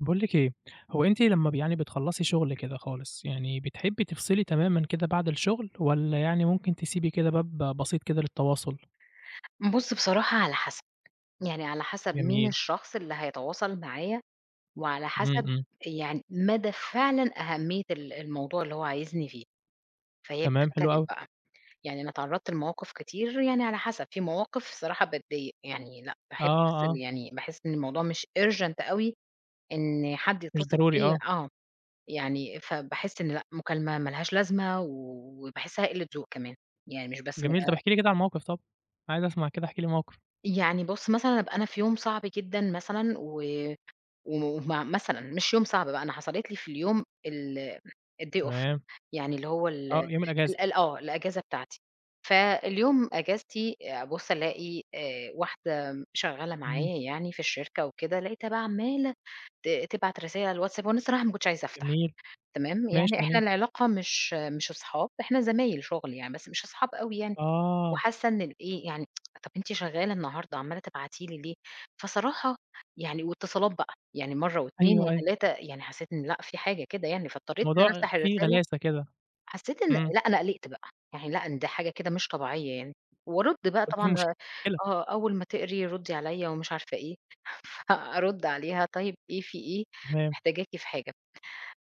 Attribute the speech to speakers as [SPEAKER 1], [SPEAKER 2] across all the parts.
[SPEAKER 1] باقول لِك إيه، هو أنتِ لمّا يعني بتخلّصي شغل كده خالص، يعني بتحبي تفصلي تمامًا كده بعد الشغل، والّا يعني ممكن تسيبي كده باب بسيط كده للتواصل؟
[SPEAKER 2] بُص بصراحة على حسب، يعني على حسب مين
[SPEAKER 1] جميل،
[SPEAKER 2] الشخص اللي هيتواصل معايا، وعلى
[SPEAKER 1] إمم،
[SPEAKER 2] حسب
[SPEAKER 1] إمم،
[SPEAKER 2] يعني مدى فعلًا أهمية ال الموضوع اللي هو عايزني فيه، فهي
[SPEAKER 1] تمام حلو
[SPEAKER 2] بتختلف
[SPEAKER 1] أوي،
[SPEAKER 2] بقى. يعني أنا اتعرضت لمواقف كتير يعني على حسب، في مواقف الصراحة باتضايق، يعني لأ
[SPEAKER 1] آه،
[SPEAKER 2] باحب أفصل
[SPEAKER 1] آه،
[SPEAKER 2] يعني باحس إن الموضوع مش urgent أوي إن حد
[SPEAKER 1] مش
[SPEAKER 2] يتصل
[SPEAKER 1] ضروري
[SPEAKER 2] بيّا،
[SPEAKER 1] آه،
[SPEAKER 2] آه، يعني فباحس إن لأ مكالمة ما لهاش لازمة وباحسها قلة ذوق كمان، يعني مش بس.
[SPEAKER 1] جميل، طب احكي لي كده عن موقف طب، عايز أسمع كده احكي لي موقف،
[SPEAKER 2] يعني بُص مثلًا أبقى أنا في يوم صعب جدًا مثلًا و وم ومع مثلًا مش يوم صعب بقى، أنا حصلت لي في اليوم ال الday off،
[SPEAKER 1] تمام،
[SPEAKER 2] يعني اللي هو ال
[SPEAKER 1] آه، يوم الأجازة،
[SPEAKER 2] ال ال آه، الأجازة بتاعتي. فاليوم أجازتي أبُص ألاقي واحدة شغّالة
[SPEAKER 1] إمم،
[SPEAKER 2] معايا يعني في الشركة وكده، لقيتها بقى عمّالة تبعت رسايل على الWhatsApp وأنا الصراحة ما كنتش عايزة أفتح.
[SPEAKER 1] جميل،
[SPEAKER 2] تمام،
[SPEAKER 1] ماشي
[SPEAKER 2] يعني إحنا
[SPEAKER 1] جميل،
[SPEAKER 2] العلاقة مش أصحاب، إحنا زمايل شغل يعني بس مش أصحاب أوي يعني.
[SPEAKER 1] آه،
[SPEAKER 2] وحاسة إن الإيه، يعني طَب أنتِ شغالة النهارده عمّالة تبعتي لي ليه؟ فصراحة يعني واتصالات بقى، يعني مرّة و2
[SPEAKER 1] أيوه، أيوه،
[SPEAKER 2] و3، يعني حسّيت إن لأ في حاجة كده يعني، فاضطريت إن أنا
[SPEAKER 1] الموضوع
[SPEAKER 2] أفتح
[SPEAKER 1] فيه
[SPEAKER 2] الرسالة.
[SPEAKER 1] غلاسة كده،
[SPEAKER 2] حسّيت إن
[SPEAKER 1] إمم،
[SPEAKER 2] لأ أنا قلقت بقى، يعني لأ إن ده حاجة كده مش طبيعية يعني، وأرُد بقى
[SPEAKER 1] قُلتِ في
[SPEAKER 2] طبعًا.
[SPEAKER 1] مشكلة،
[SPEAKER 2] آه، أول ما تقري ردّي عليَّ ومش عارفة إيه، فأرُد عليها طيب إيه، في إيه،
[SPEAKER 1] تمام،
[SPEAKER 2] محتاجاكِ في حاجة.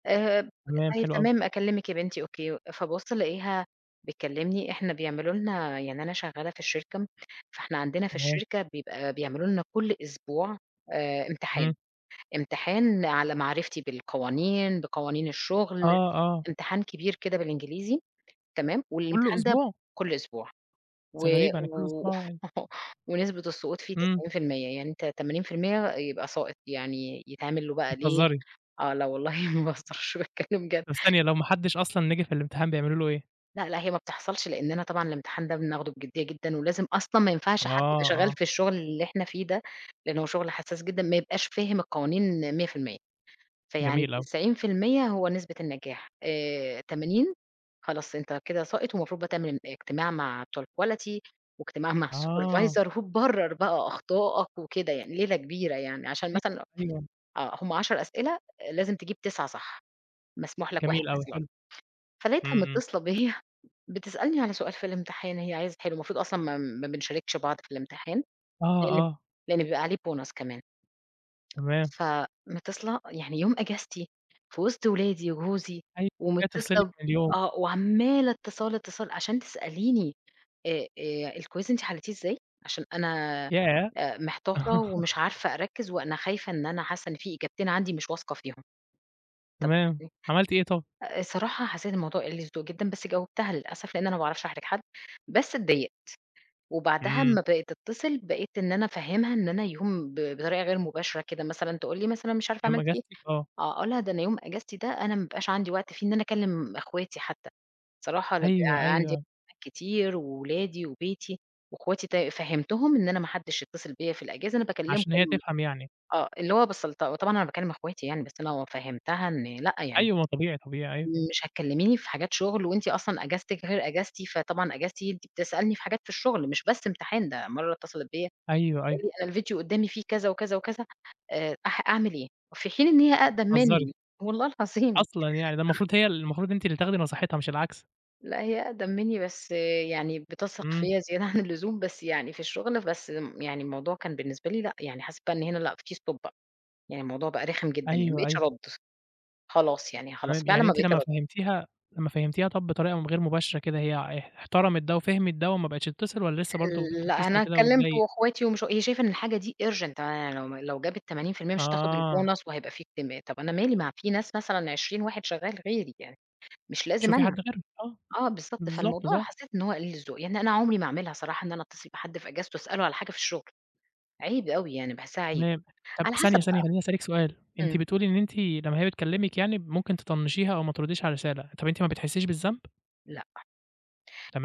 [SPEAKER 2] آآ
[SPEAKER 1] تمام،
[SPEAKER 2] طيب
[SPEAKER 1] حلو أوي،
[SPEAKER 2] تمام أكلّمِك يا بنتي أوكي، فابُص ألاقيها بتكلّمني، إحنا بيعملوا لنا يعني أنا شغّالة في الشركة، فإحنا عندنا في
[SPEAKER 1] تمام،
[SPEAKER 2] الشركة بيبقى بيعملوا لنا كل أسبوع امتحان،
[SPEAKER 1] إمم،
[SPEAKER 2] امتحان على معرفتي بالقوانين، بقوانين الشغل،
[SPEAKER 1] آه، آه،
[SPEAKER 2] امتحان كبير كده بالإنجليزي. تمام،
[SPEAKER 1] كل
[SPEAKER 2] والامتحان ده
[SPEAKER 1] أسبوع؟
[SPEAKER 2] كل أسبوع
[SPEAKER 1] بس
[SPEAKER 2] و
[SPEAKER 1] غريبة يعني كل
[SPEAKER 2] و
[SPEAKER 1] أسبوع يعني
[SPEAKER 2] ونسبة السقوط فيه
[SPEAKER 1] إمم،
[SPEAKER 2] 90%، يعني أنت 80% يبقى ساقط، يعني يتعمل له بقى ليه؟
[SPEAKER 1] بتهزري!
[SPEAKER 2] آه، لا والله ما باهزرش، باتكلّم جد.
[SPEAKER 1] طب ثانية لو ما حدش أصلًا نجح في الامتحان بيعملوا له إيه؟
[SPEAKER 2] لأ، لأ، هي ما بتحصلش لأننا طبعًا الامتحان ده بناخده بجدية جدًا، ولازم أصلًا ما
[SPEAKER 1] آه،
[SPEAKER 2] ينفعش حد يبقى شغال
[SPEAKER 1] آه،
[SPEAKER 2] في الشغل اللي إحنا فيه ده، لأن هو شغل حساس جدًا، ما يبقاش فاهم القوانين 100%. فيعني
[SPEAKER 1] جميل أوي،
[SPEAKER 2] 90% هو نسبة النجاح، 80 خلاص أنت كده ساقط ومفروض بقى تعمل اجتماع مع بتوع الquality واجتماع مع
[SPEAKER 1] آه،
[SPEAKER 2] الsupervisor وتبرر بقى أخطائك وكده يعني، ليلة كبيرة يعني، عشان
[SPEAKER 1] أيوه،
[SPEAKER 2] مثلًا
[SPEAKER 1] أيوه،
[SPEAKER 2] آه، هم 10 أسئلة آه، لازم تجيب 9 صح، مسموح لك 1
[SPEAKER 1] جميل
[SPEAKER 2] بس
[SPEAKER 1] أوي،
[SPEAKER 2] اللي.
[SPEAKER 1] حلو،
[SPEAKER 2] فلقيتها
[SPEAKER 1] إمم، إمم،
[SPEAKER 2] متصلة بيّا بتسألني على سؤال في الامتحان هي عايزة حلو، المفروض أصلًا ما بنشاركش بعض في الامتحان،
[SPEAKER 1] آه،
[SPEAKER 2] لإن
[SPEAKER 1] آه،
[SPEAKER 2] لإن بيبقى عليه بونص كمان.
[SPEAKER 1] تمام،
[SPEAKER 2] فمتصلة يعني يوم إجازتي في وسط ولادي وجوزي
[SPEAKER 1] أيوه، هي
[SPEAKER 2] ومتصلة
[SPEAKER 1] تفصلِك
[SPEAKER 2] ب
[SPEAKER 1] من اليوم،
[SPEAKER 2] آه، وعمّالة اتصال، اتصال عشان تسأليني الquiz أنتِ حليتيه إزاي؟ عشان أنا
[SPEAKER 1] ياه!
[SPEAKER 2] محتارة ومش عارفة أركّز وأنا خايفة إن أنا حاسة إن في إجابتين عندي مش واثقة فيهم. طَب
[SPEAKER 1] تمام، عملتِ إيه طب؟
[SPEAKER 2] الصراحة حسّيت الموضوع قِلّ ذوق جدًا، بس جاوبتها للأسف لإن أنا ما باعرفش أحرج حد، بس اتضايقت. وبعدها
[SPEAKER 1] إمم،
[SPEAKER 2] أمّا بقِت تتصل بقيت إن أنا أفهّمها إن أنا يوم بطريقة غير مباشرة كده مثلًا تقول لي مثلًا مش عارفة
[SPEAKER 1] يوم
[SPEAKER 2] عملتِ إيه.
[SPEAKER 1] إجازتِك آه،
[SPEAKER 2] آه، أقول لها ده أنا يوم إجازتي ده أنا ما بيبقاش عندي وقت فيه إن أنا أكلّم أخواتي حتى، صراحة أنا
[SPEAKER 1] أيوه،
[SPEAKER 2] بيبقى عندي
[SPEAKER 1] أيوه،
[SPEAKER 2] كتير وولادي وبيتي وأخواتي فهّمتهم إن أنا ما حدّش يتصل بيّا في الأجازة أنا
[SPEAKER 1] عشان هي
[SPEAKER 2] باكلّمكم.
[SPEAKER 1] تفهم يعني،
[SPEAKER 2] آه، اللي هو بس طبعًا أنا باكلّم أخواتي يعني، بس أنا فهّمتها إن لأ يعني
[SPEAKER 1] أيوه ما طبيعي، طبيعي أيوه،
[SPEAKER 2] مش هتكلميني في حاجات شغل وأنتِ أصلًا أجازتِك غير أجازتي، فطبعًا أجازتي أنتِ بتسألني في حاجات في الشغل مش بس امتحان، ده مرّة اتصلت بيّا
[SPEAKER 1] أيوه،
[SPEAKER 2] بتقول
[SPEAKER 1] أيوه،
[SPEAKER 2] لي: "أنا الفيديو قدّامي فيه كذا وكذا وكذا أح أعمل إيه؟" في حين إن هي أقدم
[SPEAKER 1] بتهزري!
[SPEAKER 2] منّي، والله العظيم.
[SPEAKER 1] أصلًا يعني ده المفروض هي المفروض أنتِ اللي تاخدي نصيحتها مش العكس،
[SPEAKER 2] لأ هي أقدم منّي بس يعني بتثق
[SPEAKER 1] إمم،
[SPEAKER 2] فيّا زيادة عن اللزوم، بس يعني في الشغل بس يعني الموضوع كان بالنسبة لي لأ، يعني حسيت بقى إن هنا لأ في stop بقى، يعني الموضوع بقى رخم جدًا يعني ما
[SPEAKER 1] أيوه،
[SPEAKER 2] بقيتش
[SPEAKER 1] أيوه.
[SPEAKER 2] أرَد. خلاص يعني خلاص
[SPEAKER 1] تمام،
[SPEAKER 2] فعلًا
[SPEAKER 1] يعني
[SPEAKER 2] ما
[SPEAKER 1] أنتِ
[SPEAKER 2] بقيتش
[SPEAKER 1] لمّا
[SPEAKER 2] أرَد.
[SPEAKER 1] فهمتيها طب بطريقة غير مباشرة كده هي احترمت ده وفهمت ده وما بقتش تتصل والّا لسه برضه
[SPEAKER 2] لأ،
[SPEAKER 1] بتتصل
[SPEAKER 2] أنا
[SPEAKER 1] كده
[SPEAKER 2] اتكلّمت
[SPEAKER 1] وتضايق؟
[SPEAKER 2] وأخواتي ومش هي شايفة إن الحاجة دي urgent، أنا يعني لو جابت 80% مش هتاخد
[SPEAKER 1] آه،
[SPEAKER 2] البونص وهيبقى في اجتماع، طب أنا مالي، ما في ناس مثلًا 20 واحد شغال غيري يعني، مش لازم
[SPEAKER 1] شوفي
[SPEAKER 2] أنا.
[SPEAKER 1] حد غيرها، آه،
[SPEAKER 2] آه بالضبط،
[SPEAKER 1] بالضبط
[SPEAKER 2] فالموضوع
[SPEAKER 1] صح،
[SPEAKER 2] حسيت إن هو قليل الذوق، يعني أنا عمري ما أعملها صراحة إن أنا أتصل بحد في إجازته أسأله على حاجة في الشغل، عيب أوي يعني باحسها عيب.
[SPEAKER 1] تمام. طب
[SPEAKER 2] على حسب
[SPEAKER 1] ثانية، ثانية
[SPEAKER 2] بقى.
[SPEAKER 1] خلّيني أسألِك سؤال، أنتِ
[SPEAKER 2] إمم.
[SPEAKER 1] بتقولي إن أنتِ لمّا هي بتكلمِك يعني ممكن تطنشيها أو ما ترديش على الرسالة، طب أنتِ ما بتحسيش بالذنب؟
[SPEAKER 2] لأ.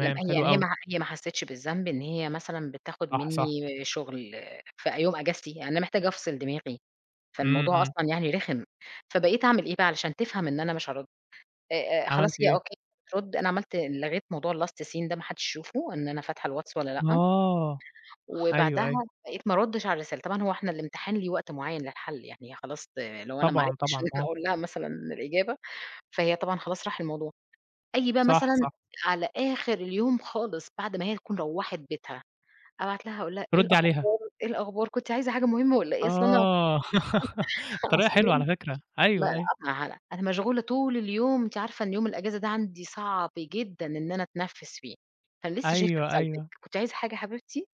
[SPEAKER 2] لم هي
[SPEAKER 1] حلو
[SPEAKER 2] يعني هي
[SPEAKER 1] أوي،
[SPEAKER 2] ما هي ما حسيتش بالذنب إن هي مثلًا بتاخد
[SPEAKER 1] صح، صح،
[SPEAKER 2] منّي شغل في يوم إجازتي، يعني أنا محتاجة أفصل دماغي.
[SPEAKER 1] إمم،
[SPEAKER 2] فالموضوع
[SPEAKER 1] إمم،
[SPEAKER 2] أصلًا يعني رخم، فبقيت أعمل إيه بقى علشان تفهم إن أنا مش هارُد، آآ، خلاص
[SPEAKER 1] عملتِ
[SPEAKER 2] هي
[SPEAKER 1] إيه؟
[SPEAKER 2] أوكي مش هترُد. أنا عملت لغيت موضوع الlast seen ده ما حدش يشوفه إن أنا فاتحة الواتس والّا لأ،
[SPEAKER 1] آه، أيوه،
[SPEAKER 2] وبعدها
[SPEAKER 1] أيوه،
[SPEAKER 2] بقيت ما أردش على الرسالة، طبعًا هو إحنا الامتحان ليه وقت معيّن للحل، يعني هي خلاص لو أنا ما
[SPEAKER 1] طبعًا،
[SPEAKER 2] عرفتش
[SPEAKER 1] طبعًا،
[SPEAKER 2] إن أنا
[SPEAKER 1] آه،
[SPEAKER 2] أقول لها مثلًا الإجابة، فهي طبعًا خلاص راح الموضوع. آجي بقى
[SPEAKER 1] صح،
[SPEAKER 2] مثلًا
[SPEAKER 1] صح،
[SPEAKER 2] على آخر اليوم خالص بعد ما هي تكون روّحت بيتها، أبعت لها أقول لها إيه
[SPEAKER 1] تردي عليها.
[SPEAKER 2] الأخبار، إيه الأخبار، كنتِ عايزة حاجة مهمة والّا إيه؟ أصل أنا
[SPEAKER 1] آه، طريقة حلوة
[SPEAKER 2] أصل
[SPEAKER 1] على فكرة،
[SPEAKER 2] ما
[SPEAKER 1] أيوه، أيوه،
[SPEAKER 2] قطع هلع، أنا مشغولة طول اليوم، أنتِ عارفة إن يوم الأجازة ده عندي صعب جدًا إن أنا أتنفّس فيه، فأنا لسه شايفة
[SPEAKER 1] أيوه،
[SPEAKER 2] رسالتِك،
[SPEAKER 1] أيوه،
[SPEAKER 2] كنتِ عايزة حاجة يا حبيبتي؟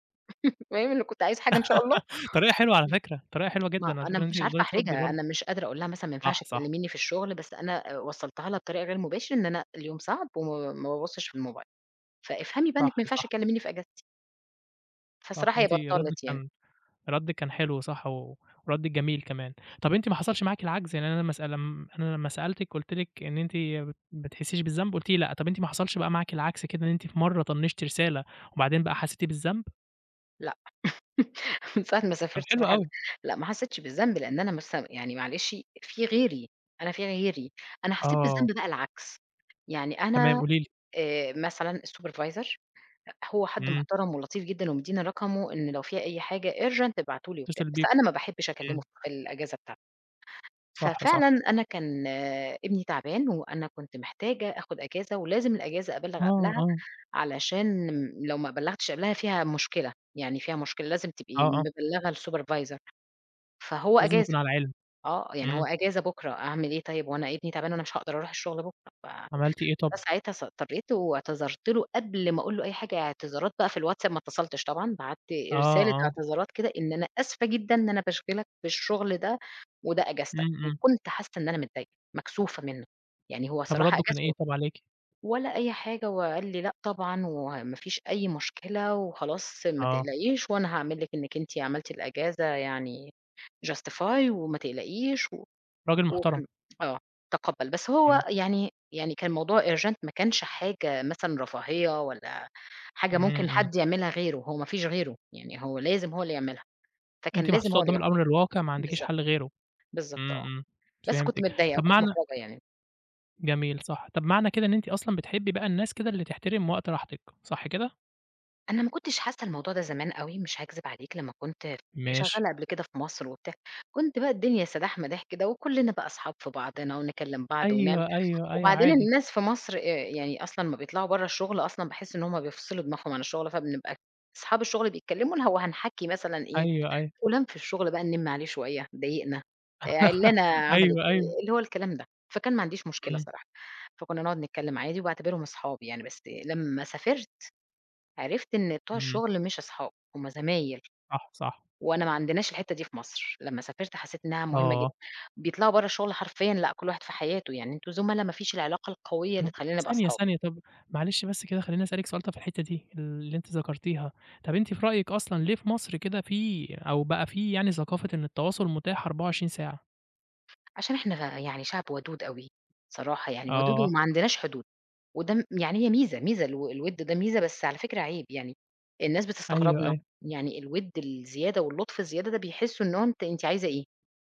[SPEAKER 2] المهم إنِّك كنتِ عايزة حاجة إن شاء الله؟
[SPEAKER 1] طريقة حلوة على فكرة، طريقة حلوة
[SPEAKER 2] ما
[SPEAKER 1] جدًا على فكرة
[SPEAKER 2] أنا
[SPEAKER 1] إن أنتِ
[SPEAKER 2] مش عارفة
[SPEAKER 1] تقدري تردّي
[SPEAKER 2] أحرجها،
[SPEAKER 1] برضه،
[SPEAKER 2] أنا مش قادرة أقول لها مثلًا ما ينفعش
[SPEAKER 1] صح، صح،
[SPEAKER 2] تكلميني في الشغل، بس أنا وصّلتها لها بطريقة غير مباشر إن أنا اليوم صعب وما ما بابُصّش في الموبايل، فافهمي بقى إنِّك ما
[SPEAKER 1] صح،
[SPEAKER 2] ينفعش
[SPEAKER 1] صح،
[SPEAKER 2] تكلميني في إجازتي،
[SPEAKER 1] صح،
[SPEAKER 2] فالصراحة هي
[SPEAKER 1] أنتِ ردِّك
[SPEAKER 2] بطّلت يعني.
[SPEAKER 1] كان حلو صح، و وردِّك جميل كمان. طَب أنتِ ما حصلش معاكِ العجز؟ يعني أنا لمّا اسأل لم أنا لمّا سألتِك قُلتِ لِك إن أنتِ ما بتحسيش بالذنب قُلتِ لي لأ، طَب أنتِ ما حصلش بقى معاكِ العكس كده إن أنتِ في مرّة طنّشتِ رسالة وبعدين بقى حسيتِ بالذنب؟
[SPEAKER 2] لأ. من ساعة ما
[SPEAKER 1] طَب
[SPEAKER 2] سافرت
[SPEAKER 1] حلو
[SPEAKER 2] صراحة ل
[SPEAKER 1] أوي،
[SPEAKER 2] لأ، ما حسّيتش بالذنب، لإن أنا مثلًا يعني معلش في غيري، أنا في غيري، أنا حسّيت
[SPEAKER 1] آه،
[SPEAKER 2] بالذنب بقى العكس، يعني
[SPEAKER 1] تمام
[SPEAKER 2] أنا
[SPEAKER 1] قولي لي،
[SPEAKER 2] مثلًا الsupervisor هو حد
[SPEAKER 1] إمم،
[SPEAKER 2] محترم ولطيف جدًا ومدّيني رقمه إن لو في أي حاجة urgent ابعتوا لي وبتاع،
[SPEAKER 1] اتصل
[SPEAKER 2] بس
[SPEAKER 1] بيكم،
[SPEAKER 2] أنا ما باحبش أكلمه
[SPEAKER 1] إمم،
[SPEAKER 2] في الأجازة بتاعتي.
[SPEAKER 1] صح،
[SPEAKER 2] ففعلًا
[SPEAKER 1] صح،
[SPEAKER 2] أنا كان آه، ابني تعبان وأنا كنت محتاجة آخُد أجازة ولازم الأجازة
[SPEAKER 1] آه،
[SPEAKER 2] أبلّغ
[SPEAKER 1] آه،
[SPEAKER 2] قبلها
[SPEAKER 1] آه،
[SPEAKER 2] علشان لو ما بلّغتِش قبلها فيها مشكلة، يعني فيها مشكلة، لازم تبقي
[SPEAKER 1] آه.
[SPEAKER 2] مبلّغة الsupervisor. فهو
[SPEAKER 1] لازم
[SPEAKER 2] أجازة،
[SPEAKER 1] يكون على علم،
[SPEAKER 2] آه، يعني هو
[SPEAKER 1] إمم،
[SPEAKER 2] أجازة بُكرة، أعمل إيه طيب، هو أنا ابني تعبان وأنا مش هاقدر أروح الشغل بُكرة، ف
[SPEAKER 1] عملتِ إيه طب؟
[SPEAKER 2] فساعتها اضطريت واعتذرت له قبل ما أقول له أي حاجة، اعتذارات بقى في الواتساب ما اتصلتش طبعًا، بعتّ
[SPEAKER 1] آه،
[SPEAKER 2] رسالة
[SPEAKER 1] آه،
[SPEAKER 2] اعتذارات كده إن أنا آسفة جدًا إن أنا باشغلك بالشغل ده وده
[SPEAKER 1] إمم،
[SPEAKER 2] أجازتك،
[SPEAKER 1] إمم،
[SPEAKER 2] وكنت حاسة إن أنا متضايقة، مكسوفة منه، يعني هو
[SPEAKER 1] طب
[SPEAKER 2] صراحة
[SPEAKER 1] رَدُّه كان إيه
[SPEAKER 2] أجازته.
[SPEAKER 1] طب عليكِ؟
[SPEAKER 2] ولا أي حاجة، وقال لي: "لأ طبعًا، وما فيش أي مشكلة، وخلاص ما
[SPEAKER 1] آه،
[SPEAKER 2] تقلقيش، وأنا هاعمل لِك إنِّك أنتِ عملتِ الأجازة يعني justify وما تقلقيش." و
[SPEAKER 1] راجل محترم،
[SPEAKER 2] وكان آه، تقبّل. بس هو
[SPEAKER 1] إمم،
[SPEAKER 2] يعني كان موضوع urgent، ما كانش حاجة مثلًا رفاهية ولا حاجة
[SPEAKER 1] إمم،
[SPEAKER 2] ممكن
[SPEAKER 1] إمم،
[SPEAKER 2] حد يعملها غيره، هو ما فيش غيره، يعني هو لازم هو اللي يعملها، فكان
[SPEAKER 1] أنتِ
[SPEAKER 2] لازم
[SPEAKER 1] محطوطة
[SPEAKER 2] هو اللي
[SPEAKER 1] قدّام
[SPEAKER 2] ياخدها.
[SPEAKER 1] الأمر الواقع ما عندكيش
[SPEAKER 2] بالضبط،
[SPEAKER 1] حل غيره،
[SPEAKER 2] بالضبط
[SPEAKER 1] إمم،
[SPEAKER 2] آه.
[SPEAKER 1] إمم،
[SPEAKER 2] بس كنت
[SPEAKER 1] فهمتِك،
[SPEAKER 2] متضايقة
[SPEAKER 1] طب
[SPEAKER 2] وكنت
[SPEAKER 1] معنى
[SPEAKER 2] محرجة يعني.
[SPEAKER 1] جميل صح، طب معنى كده إن أنتِ أصلًا بتحبّي بقى الناس كده اللي تحترم وقت راحتِك، صح كده؟
[SPEAKER 2] أنا ما كنتش حاسة الموضوع ده زمان أوي، مش هاكذب عليك، لمّا كنت
[SPEAKER 1] ماشي،
[SPEAKER 2] شغّالة قبل كده في مصر وبتاع، كنت بقى الدنيا سداح مداح كده وكلّنا بقى أصحاب في بعضنا ونكلّم بعض ونعمل،
[SPEAKER 1] أيوه، أيوه، أيوه،
[SPEAKER 2] وبعدين
[SPEAKER 1] عادي،
[SPEAKER 2] الناس في مصر يعني أصلًا امّا بيطلعوا برّه الشغل أصلًا باحس إن هم بيفصلوا دماغهم عن الشغل، فبنبقى أصحاب الشغل بيتكلّموا اللي هو هنحَكّي مثلًا إيه،
[SPEAKER 1] أيوه، أيوه،
[SPEAKER 2] فُلان في الشغل بقى نِنِّم عليه شوية ضايقنا، عِلّانة عملت
[SPEAKER 1] أيوه، أيوه،
[SPEAKER 2] إيه، اللي هو الكلام ده، فكان ما عنديش مشكلة
[SPEAKER 1] إمم،
[SPEAKER 2] صراحة. فكُنّا نقعد نتكلّم عادي وباعتبرهم أصحابي يعني، بس لمّا سافرت عرفت إن بتوع
[SPEAKER 1] إمم،
[SPEAKER 2] الشغل مش أصحاب، هُم زمايل،
[SPEAKER 1] صح، صح،
[SPEAKER 2] وأنا ما عندناش الحتّة دي في مصر، لمّا سافرت حسّيت إنها مهمة
[SPEAKER 1] آه.
[SPEAKER 2] جدًا، بيطلعوا برّه الشغل حرفيًا لأ كل واحد في حياته، يعني أنتم زُملا ما فيش العلاقة القوية اللي
[SPEAKER 1] طب
[SPEAKER 2] تخلّينا نبقى
[SPEAKER 1] ثانية،
[SPEAKER 2] أصحاب.
[SPEAKER 1] ثانية، طب معلش بس كده خلّيني أسألِك سؤال طب في الحتّة دي اللي أنتِ ذكرتيها، طب أنتِ في رأيِك أصلًا ليه في مصر كده في أو بقى في يعني ثقافة إن التواصل متاح 24 ساعة؟
[SPEAKER 2] عشان إحنا يعني شعب ودود أوي، صراحة يعني ودود
[SPEAKER 1] آه،
[SPEAKER 2] وما عندناش حدود، وده يعني هي ميزة، ميزة الوِد ده ميزة بس على فكرة عيب يعني، الناس
[SPEAKER 1] أيوه،
[SPEAKER 2] بتستغربنا.
[SPEAKER 1] أيوه،
[SPEAKER 2] يعني الوِد الزيادة واللطف الزيادة ده بيحسّوا إن هو أنتِ عايزة إيه؟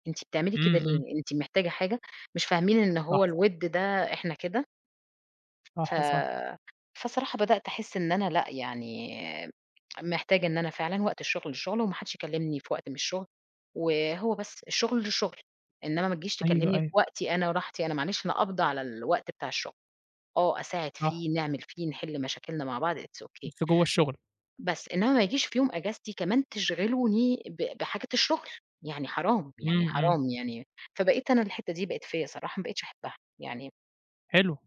[SPEAKER 2] أنتِ بتعملي كده
[SPEAKER 1] إمم، إمم،
[SPEAKER 2] ليه؟ أنتِ محتاجة حاجة؟ مش فاهمين إن هو
[SPEAKER 1] صح، صح،
[SPEAKER 2] الوِد ده إحنا كده.
[SPEAKER 1] صح، صح،
[SPEAKER 2] ف فصراحة بدأت أحس إن أنا لأ، يعني محتاجة إن أنا فعلًا وقت الشغل للشغل وما حدش يكلمني في وقت من الشغل، وهو بس الشغل للشغل، إنما ما تجيش
[SPEAKER 1] أيوه،
[SPEAKER 2] تكلمني في
[SPEAKER 1] أيوه،
[SPEAKER 2] وقتي أنا وراحتي أنا، معلش أنا قابضة على الوقت بتاع الشغل، آه أساعد
[SPEAKER 1] صح،
[SPEAKER 2] فيه، نعمل فيه، نحل مشاكلنا مع بعض it's okay،
[SPEAKER 1] بس جوّه الشغل،
[SPEAKER 2] بس إنما ما يجيش في يوم إجازتي كمان تشغلوني بحاجة الشغل، يعني حرام، يعني
[SPEAKER 1] إمم، إمم،
[SPEAKER 2] حرام يعني. فبقيت أنا الحتة دي بقت فيّا صراحة ما بقيتش أحبها يعني.
[SPEAKER 1] حلو،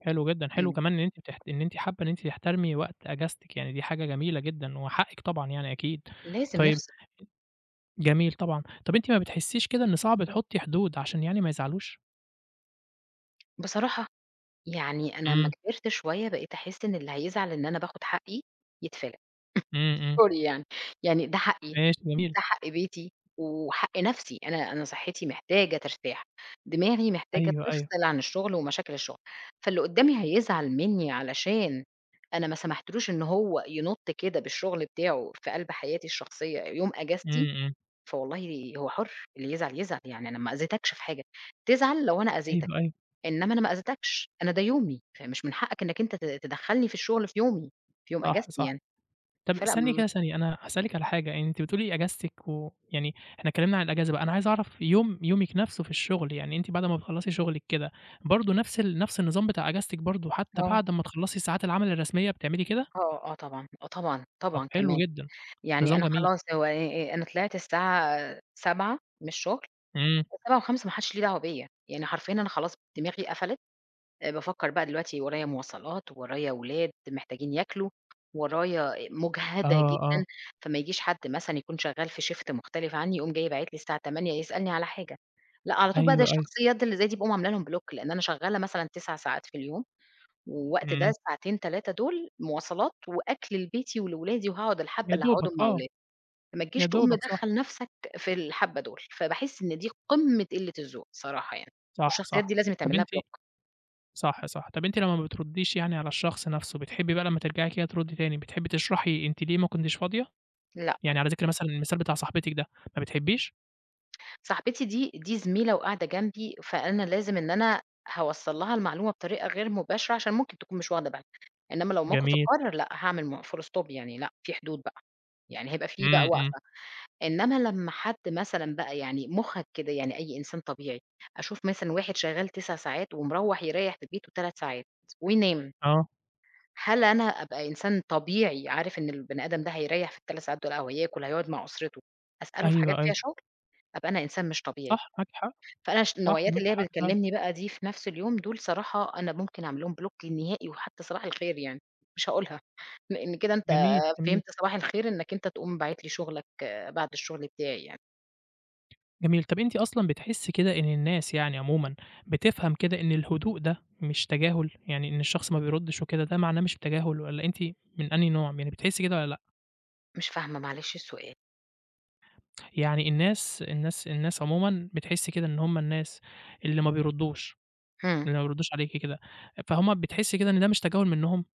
[SPEAKER 1] حلو جدًا، حلو
[SPEAKER 2] إمم،
[SPEAKER 1] كمان إن أنتِ بتحت إن أنتِ حابة إن أنتِ تحترمي وقت أجازتِك، يعني دي حاجة جميلة جدًا وحقِّك طبعًا يعني أكيد،
[SPEAKER 2] لازم
[SPEAKER 1] طيب
[SPEAKER 2] نفصل.
[SPEAKER 1] جميل طبعًا، طب أنتِ ما بتحسّيش كده إن صعب تحطّي حدود عشان يعني ما يزعلوش؟
[SPEAKER 2] بصراحة يعني أنا أمّا
[SPEAKER 1] إمم.
[SPEAKER 2] كبرت شوية بقيت أحس إن اللي هيزعل إن أنا باخد حقي يتفلت،
[SPEAKER 1] إمم، إمم،
[SPEAKER 2] sorry يعني، يعني ده حقي،
[SPEAKER 1] ماشي
[SPEAKER 2] ده
[SPEAKER 1] جميل،
[SPEAKER 2] حق بيتي وحق نفسي، أنا صحتي محتاجة ترتاح، دماغي محتاجة
[SPEAKER 1] أيوه، أيوه،
[SPEAKER 2] تفصل عن الشغل ومشاكل الشغل، فاللي قدّامي هيزعل مني علشان أنا ما سمحتلوش إن هو ينُط كده بالشغل بتاعه في قلب حياتي الشخصية يوم
[SPEAKER 1] إمم،
[SPEAKER 2] إجازتي،
[SPEAKER 1] إمم،
[SPEAKER 2] فوالله هو حُر، اللي يزعل يزعل، يعني أنا ما أذيتكش في حاجة، تزعل لو أنا أذيتك.
[SPEAKER 1] أيوه، أيوه،
[SPEAKER 2] إنما أنا ما أذيتكش، أنا ده يومي، فمش من حقك إنّك أنت تدخّلني في الشغل في يومي، في يوم
[SPEAKER 1] صح،
[SPEAKER 2] إجازتي
[SPEAKER 1] صح.
[SPEAKER 2] يعني.
[SPEAKER 1] طب
[SPEAKER 2] فلأ،
[SPEAKER 1] استني كده ثانية، أنا هاسألِك على حاجة، يعني أنتِ بتقولي أجازتِك و يعني إحنا اتكلمنا عن الأجازة بقى، أنا عايز أعرف يوم يومِك نفسه في الشغل، يعني أنتِ بعد ما بتخلّصي شغلِك كده، برضه نفس النظام بتاع أجازتِك برضه حتى
[SPEAKER 2] آه،
[SPEAKER 1] بعد ما تخلّصي ساعات العمل الرسمية بتعملي كده؟
[SPEAKER 2] آه، آه طبعًا، آه طبعًا،
[SPEAKER 1] طب
[SPEAKER 2] طبعًا
[SPEAKER 1] حلو
[SPEAKER 2] كمان،
[SPEAKER 1] جدًا،
[SPEAKER 2] يعني
[SPEAKER 1] نظام
[SPEAKER 2] أنا
[SPEAKER 1] جميل،
[SPEAKER 2] خلاص هو أنا طلعت الساعة 7:00 من الشغل،
[SPEAKER 1] إمم،
[SPEAKER 2] 7:05 ما حدش ليه دعوة بيّا، يعني حرفيًا أنا خلاص دماغي قفلت، بافكّر بقى دلوقتي ورايا مواصلات، ورايا ولاد محتاجين ياكلوا، ورايا مُجهدة
[SPEAKER 1] آه، آه،
[SPEAKER 2] جدًا. فما يجيش حد مثلًا يكون شغّال في shift مختلف عنّي، يقوم جاي باعت لي الساعة 8:00 يسألني على حاجة. لأ، على طول بقى ده
[SPEAKER 1] أيوه، أيوه،
[SPEAKER 2] الشخصيات اللي زي دي باقوم عاملة لهم block لإن أنا شغّالة مثلًا 9 ساعات في اليوم، والوقت ده
[SPEAKER 1] إمم،
[SPEAKER 2] الساعتين 3 دول مواصلات وأكل لبيتي ولولادي، وهاقعد الحبّة
[SPEAKER 1] يا
[SPEAKER 2] اللي
[SPEAKER 1] دوبك،
[SPEAKER 2] هاقعدهم مع
[SPEAKER 1] آه،
[SPEAKER 2] ولادي، فما
[SPEAKER 1] يا
[SPEAKER 2] تجيش تقوم
[SPEAKER 1] دوبك، صح،
[SPEAKER 2] مدخّل نَفْسك في الحبّة دول، فباحس إن دي قمّة قلة الذوق صراحة يعني،
[SPEAKER 1] صح،
[SPEAKER 2] والشخصيات
[SPEAKER 1] صح.
[SPEAKER 2] دي لازم
[SPEAKER 1] طب
[SPEAKER 2] يتعمل لها
[SPEAKER 1] أنتِ
[SPEAKER 2] block.
[SPEAKER 1] صح، صح. طَب أنتِ لمّا ما بتردّيش يعني على الشخص نَفْسه، بتحبّي بقى لمّا ترجعي كده تردّي تاني، بتحبّي تشرحي أنتِ ليه ما كنتيش فاضية؟
[SPEAKER 2] لا.
[SPEAKER 1] يعني على ذِكر مثلًا المثال بتاع صاحبتِك ده، ما بتحبّيش؟
[SPEAKER 2] صاحبتي دي زميلة وقاعدة جنبي، فأنا لازم إن أنا هاوصّل لها المعلومة بطريقة غير مباشرة عشان ممكن تكون مش واخدة بالها، إنّما لو موقف
[SPEAKER 1] جميل.
[SPEAKER 2] القرار لأ، هاعمل full stop يعني لأ، في حدود بقى، يعني هيبقى في بقى
[SPEAKER 1] إمم، إمم.
[SPEAKER 2] وقفة. إنّما لمّا حد مثلًا بقى يعني مُخّك كده يعني أي إنسان طبيعي، أشوف مثلًا واحد شغّال 9 ساعات ومروّح يريّح في بيته 3 ساعات وينام،
[SPEAKER 1] آه.
[SPEAKER 2] هل أنا أبقى إنسان طبيعي عارف إن البني آدم ده هيريّح في ال3 ساعات دول أو هياكل، هيقعد مع أسرته، أسأله في حاجات
[SPEAKER 1] أيوه،
[SPEAKER 2] فيها
[SPEAKER 1] أيوه.
[SPEAKER 2] شغل؟ أبقى أنا إنسان مش طبيعي.
[SPEAKER 1] صح، معاكِ حق،
[SPEAKER 2] فأنا
[SPEAKER 1] صح،
[SPEAKER 2] النوعيات
[SPEAKER 1] معاكِ
[SPEAKER 2] اللي هي
[SPEAKER 1] حق فعلًا.
[SPEAKER 2] بتكلمني بقى دي في نفس اليوم دول صراحة أنا ممكن أعمل لهم بلوك نهائي وحتى صباح الخير يعني، مش هاقولها، لإن كده أنت
[SPEAKER 1] جميل، جميل،
[SPEAKER 2] فهمت صباح الخير إنك أنت تقوم باعت لي شغلك، آه، بعد الشغل بتاعي يعني.
[SPEAKER 1] جميل. طَب أنتِ أصلًا بتحسّي كده إن الناس يعني عمومًا بتفهم كده إن الهدوء ده مش تجاهل؟ يعني إن الشخص ما بيردّش وكده ده معناه مش تجاهل والّا أنتِ من أنهي نوع، يعني بتحسّي كده والّا لأ؟
[SPEAKER 2] مش فاهمة معلش السؤال.
[SPEAKER 1] يعني الناس عمومًا بتحس كده إن هم الناس اللي ما بيردّوش،
[SPEAKER 2] إمم،
[SPEAKER 1] اللي ما بيردّوش عليكِ كده، فهُم بتحسي كده إن ده مش تجاهل منهم؟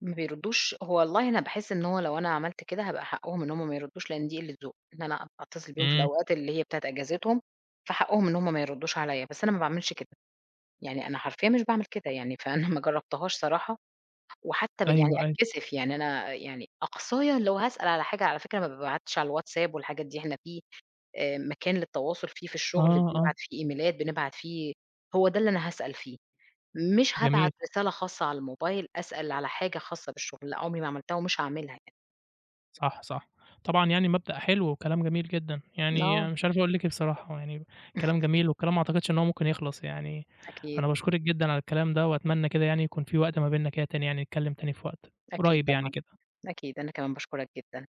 [SPEAKER 2] ما بيردوش، هو والله أنا باحس إن هو لو أنا عملت كده هابقى حقهم إن هُم ما يردوش لإن دي قلة ذوق، إن أنا أتصل بيهم في
[SPEAKER 1] إمم،
[SPEAKER 2] الأوقات اللي هي بتاعة أجازتهم، فحقهم إن هُم ما يردوش عليَّ، بس أنا ما باعملش كده، يعني أنا حرفيًا مش باعمل كده يعني، فأنا ما جربتهاش صراحة وحتى يعني
[SPEAKER 1] أيوه، أيوه،
[SPEAKER 2] أتكسف، يعني أنا يعني أقصايا لو هاسأل على حاجة على فكرة ما بابعتش على الواتساب والحاجات دي، إحنا في مكان للتواصل فيه في الشغل
[SPEAKER 1] آه، آه،
[SPEAKER 2] بنبعت فيه إيميلات، بنبعت فيه هو ده اللي أنا هاسأل فيه، مش هابعت
[SPEAKER 1] جميل،
[SPEAKER 2] رسالة خاصة على الموبايل أسأل على حاجة خاصة بالشغل، لأ عمري ما عملتها ومش هاعملها يعني.
[SPEAKER 1] صح، صح، طبعًا يعني مبدأ حلو وكلام جميل جدًا،
[SPEAKER 2] آه.
[SPEAKER 1] يعني مش عارف أقول لِك إيه بصراحة، يعني كلام جميل والكلام ما أعتقدش إن هو ممكن يخلص يعني،
[SPEAKER 2] أكيد،
[SPEAKER 1] أنا باشكرِك جدًا على الكلام ده وأتمنى كده يعني يكون في وقت ما بيننا كده تاني يعني نتكلم تاني في وقت
[SPEAKER 2] أكيد
[SPEAKER 1] قريب يعني
[SPEAKER 2] طبعًا،
[SPEAKER 1] كده.
[SPEAKER 2] أكيد، أنا كمان باشكرك جدًا.